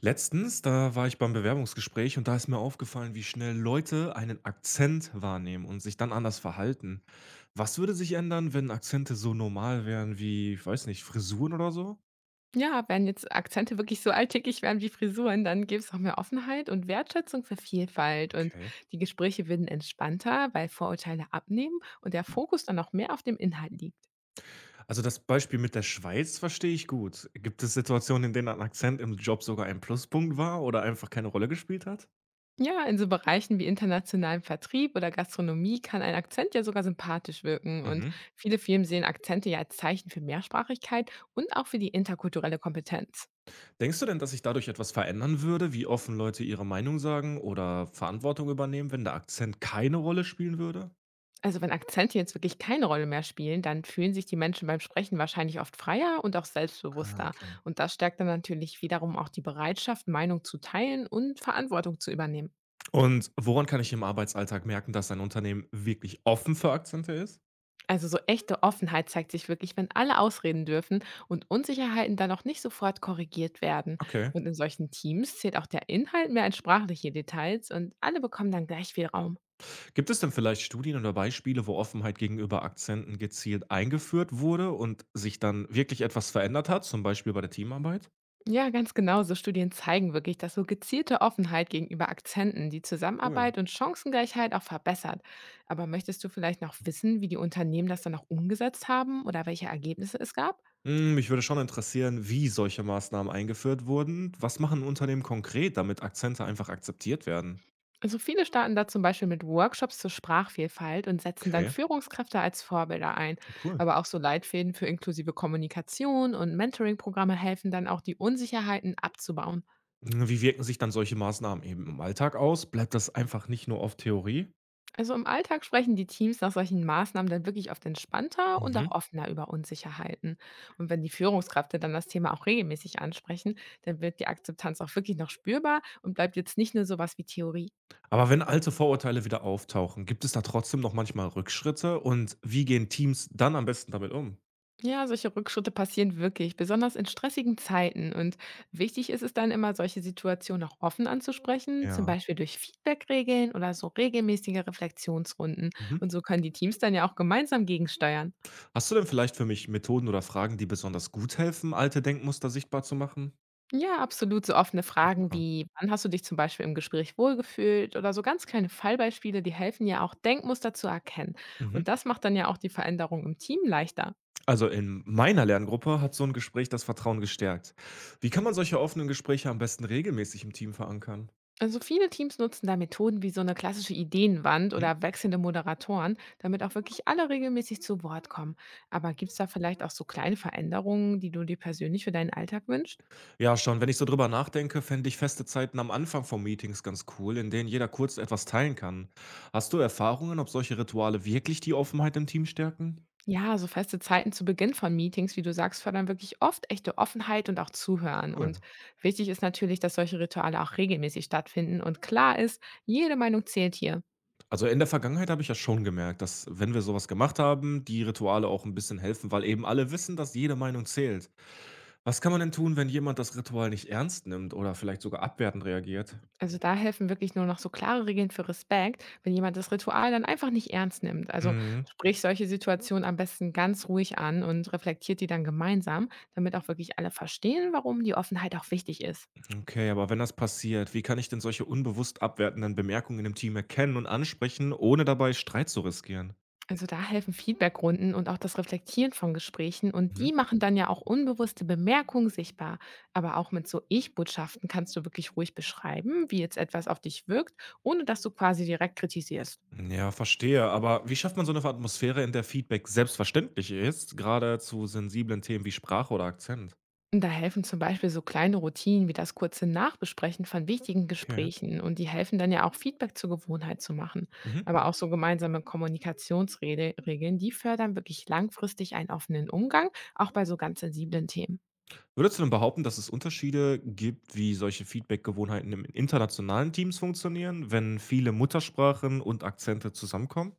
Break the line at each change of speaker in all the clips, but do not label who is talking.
Letztens, da war ich beim Bewerbungsgespräch und da ist mir aufgefallen, wie schnell Leute einen Akzent wahrnehmen und sich dann anders verhalten. Was würde sich ändern, wenn Akzente so normal wären wie, ich weiß nicht, Frisuren oder so?
Ja, wenn jetzt Akzente wirklich so alltäglich wären wie Frisuren, dann gäbe es auch mehr Offenheit und Wertschätzung für Vielfalt. Und
Okay.
die Gespräche würden entspannter, weil Vorurteile abnehmen und der Fokus dann auch mehr auf dem Inhalt liegt.
Also das Beispiel mit der Schweiz verstehe ich gut. Gibt es Situationen, in denen ein Akzent im Job sogar ein Pluspunkt war oder einfach keine Rolle gespielt hat?
Ja, in so Bereichen wie internationalem Vertrieb oder Gastronomie kann ein Akzent ja sogar sympathisch wirken. Und
Mhm.
viele Firmen sehen Akzente ja als Zeichen für Mehrsprachigkeit und auch für die interkulturelle Kompetenz.
Denkst du denn, dass sich dadurch etwas verändern würde, wie offen Leute ihre Meinung sagen oder Verantwortung übernehmen, wenn der Akzent keine Rolle spielen würde?
Also wenn Akzente jetzt wirklich keine Rolle mehr spielen, dann fühlen sich die Menschen beim Sprechen wahrscheinlich oft freier und auch
Ah,
selbstbewusster.
okay.
Und das stärkt dann natürlich wiederum auch die Bereitschaft, Meinung zu teilen und Verantwortung zu übernehmen.
Und woran kann ich im Arbeitsalltag merken, dass ein Unternehmen wirklich offen für Akzente ist?
Also so echte Offenheit zeigt sich wirklich, wenn alle ausreden dürfen und Unsicherheiten dann auch nicht sofort korrigiert werden.
Okay.
Und in solchen Teams zählt auch der Inhalt mehr als sprachliche Details und alle bekommen dann gleich viel Raum.
Gibt es denn vielleicht Studien oder Beispiele, wo Offenheit gegenüber Akzenten gezielt eingeführt wurde und sich dann wirklich etwas verändert hat, zum Beispiel bei der Teamarbeit?
Ja, ganz genau. So Studien zeigen wirklich, dass so gezielte Offenheit gegenüber Akzenten die
Cool.
Zusammenarbeit und Chancengleichheit auch verbessert. Aber möchtest du vielleicht noch wissen, wie die Unternehmen das dann auch umgesetzt haben oder welche Ergebnisse es gab?
Hm, mich würde schon interessieren, wie solche Maßnahmen eingeführt wurden. Was machen Unternehmen konkret, damit Akzente einfach akzeptiert werden?
Also viele starten da zum Beispiel mit Workshops zur Sprachvielfalt und setzen dann
Okay.
Führungskräfte als Vorbilder ein.
Cool.
Aber auch so Leitfäden für inklusive Kommunikation und Mentoring-Programme helfen dann auch, die Unsicherheiten abzubauen.
Wie wirken sich dann solche Maßnahmen eben im Alltag aus? Bleibt das einfach nicht nur auf Theorie?
Also im Alltag sprechen die Teams nach solchen Maßnahmen dann wirklich oft entspannter und auch
Mhm.
offener über Unsicherheiten. Und wenn die Führungskräfte dann das Thema auch regelmäßig ansprechen, dann wird die Akzeptanz auch wirklich noch spürbar und bleibt jetzt nicht nur sowas wie Theorie.
Aber wenn alte Vorurteile wieder auftauchen, gibt es da trotzdem noch manchmal Rückschritte und wie gehen Teams dann am besten damit um?
Ja, solche Rückschritte passieren wirklich, besonders in stressigen Zeiten. Und wichtig ist es dann immer, solche Situationen auch offen anzusprechen, zum
Ja.
Beispiel durch Feedbackregeln oder so regelmäßige Reflexionsrunden.
Mhm.
Und so können die Teams dann ja auch gemeinsam gegensteuern.
Hast du denn vielleicht für mich Methoden oder Fragen, die besonders gut helfen, alte Denkmuster sichtbar zu machen?
Ja, absolut. So offene Fragen
Super.
wie: „Wann hast du dich zum Beispiel im Gespräch wohlgefühlt?“ oder so ganz kleine Fallbeispiele, die helfen ja auch, Denkmuster zu erkennen.
Mhm.
Und das macht dann ja auch die Veränderung im Team leichter.
Also in meiner Lerngruppe hat so ein Gespräch das Vertrauen gestärkt. Wie kann man solche offenen Gespräche am besten regelmäßig im Team verankern?
Also viele Teams nutzen da Methoden wie so eine klassische Ideenwand oder wechselnde Moderatoren, damit auch wirklich alle regelmäßig zu Wort kommen. Aber gibt es da vielleicht auch so kleine Veränderungen, die du dir persönlich für deinen Alltag wünschst?
Ja, schon. Wenn ich so drüber nachdenke, fände ich feste Zeiten am Anfang von Meetings ganz cool, in denen jeder kurz etwas teilen kann. Hast du Erfahrungen, ob solche Rituale wirklich die Offenheit im Team stärken?
Ja, so feste Zeiten zu Beginn von Meetings, wie du sagst, fördern wirklich oft echte Offenheit und auch Zuhören.
Cool.
Und wichtig ist natürlich, dass solche Rituale auch regelmäßig stattfinden. Und klar ist, jede Meinung zählt hier.
Also in der Vergangenheit habe ich ja schon gemerkt, dass wenn wir sowas gemacht haben, die Rituale auch ein bisschen helfen, weil eben alle wissen, dass jede Meinung zählt. Was kann man denn tun, wenn jemand das Ritual nicht ernst nimmt oder vielleicht sogar abwertend reagiert?
Also da helfen wirklich nur noch so klare Regeln für Respekt, wenn jemand das Ritual dann einfach nicht ernst nimmt. Also
Mhm.
sprich solche Situationen am besten ganz ruhig an und reflektiert die dann gemeinsam, damit auch wirklich alle verstehen, warum die Offenheit auch wichtig ist.
Okay, aber wenn das passiert, wie kann ich denn solche unbewusst abwertenden Bemerkungen im Team erkennen und ansprechen, ohne dabei Streit zu riskieren?
Also da helfen Feedbackrunden und auch das Reflektieren von Gesprächen und
Mhm.
die machen dann ja auch unbewusste Bemerkungen sichtbar. Aber auch mit so Ich-Botschaften kannst du wirklich ruhig beschreiben, wie jetzt etwas auf dich wirkt, ohne dass du quasi direkt kritisierst.
Ja, verstehe. Aber wie schafft man so eine Atmosphäre, in der Feedback selbstverständlich ist, gerade zu sensiblen Themen wie Sprache oder Akzent?
Und da helfen zum Beispiel so kleine Routinen wie das kurze Nachbesprechen von wichtigen
Okay.
Gesprächen und die helfen dann ja auch Feedback zur Gewohnheit zu machen.
Mhm.
Aber auch so gemeinsame Kommunikationsregeln, die fördern wirklich langfristig einen offenen Umgang, auch bei so ganz sensiblen Themen.
Würdest du denn behaupten, dass es Unterschiede gibt, wie solche Feedbackgewohnheiten in internationalen Teams funktionieren, wenn viele Muttersprachen und Akzente zusammenkommen?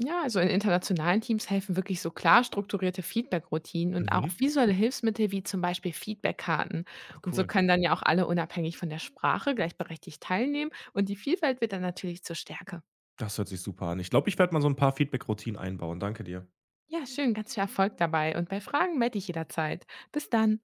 Ja, also in internationalen Teams helfen wirklich so klar strukturierte Feedback-Routinen und auch
Mhm.
visuelle Hilfsmittel wie zum Beispiel Feedback-Karten. Und so
Cool.
können dann ja auch alle unabhängig von der Sprache gleichberechtigt teilnehmen und die Vielfalt wird dann natürlich zur Stärke.
Das hört sich super an. Ich glaube, ich werde mal so ein paar Feedback-Routinen einbauen. Danke dir.
Ja, schön, ganz viel Erfolg dabei und bei Fragen melde ich jederzeit. Bis dann.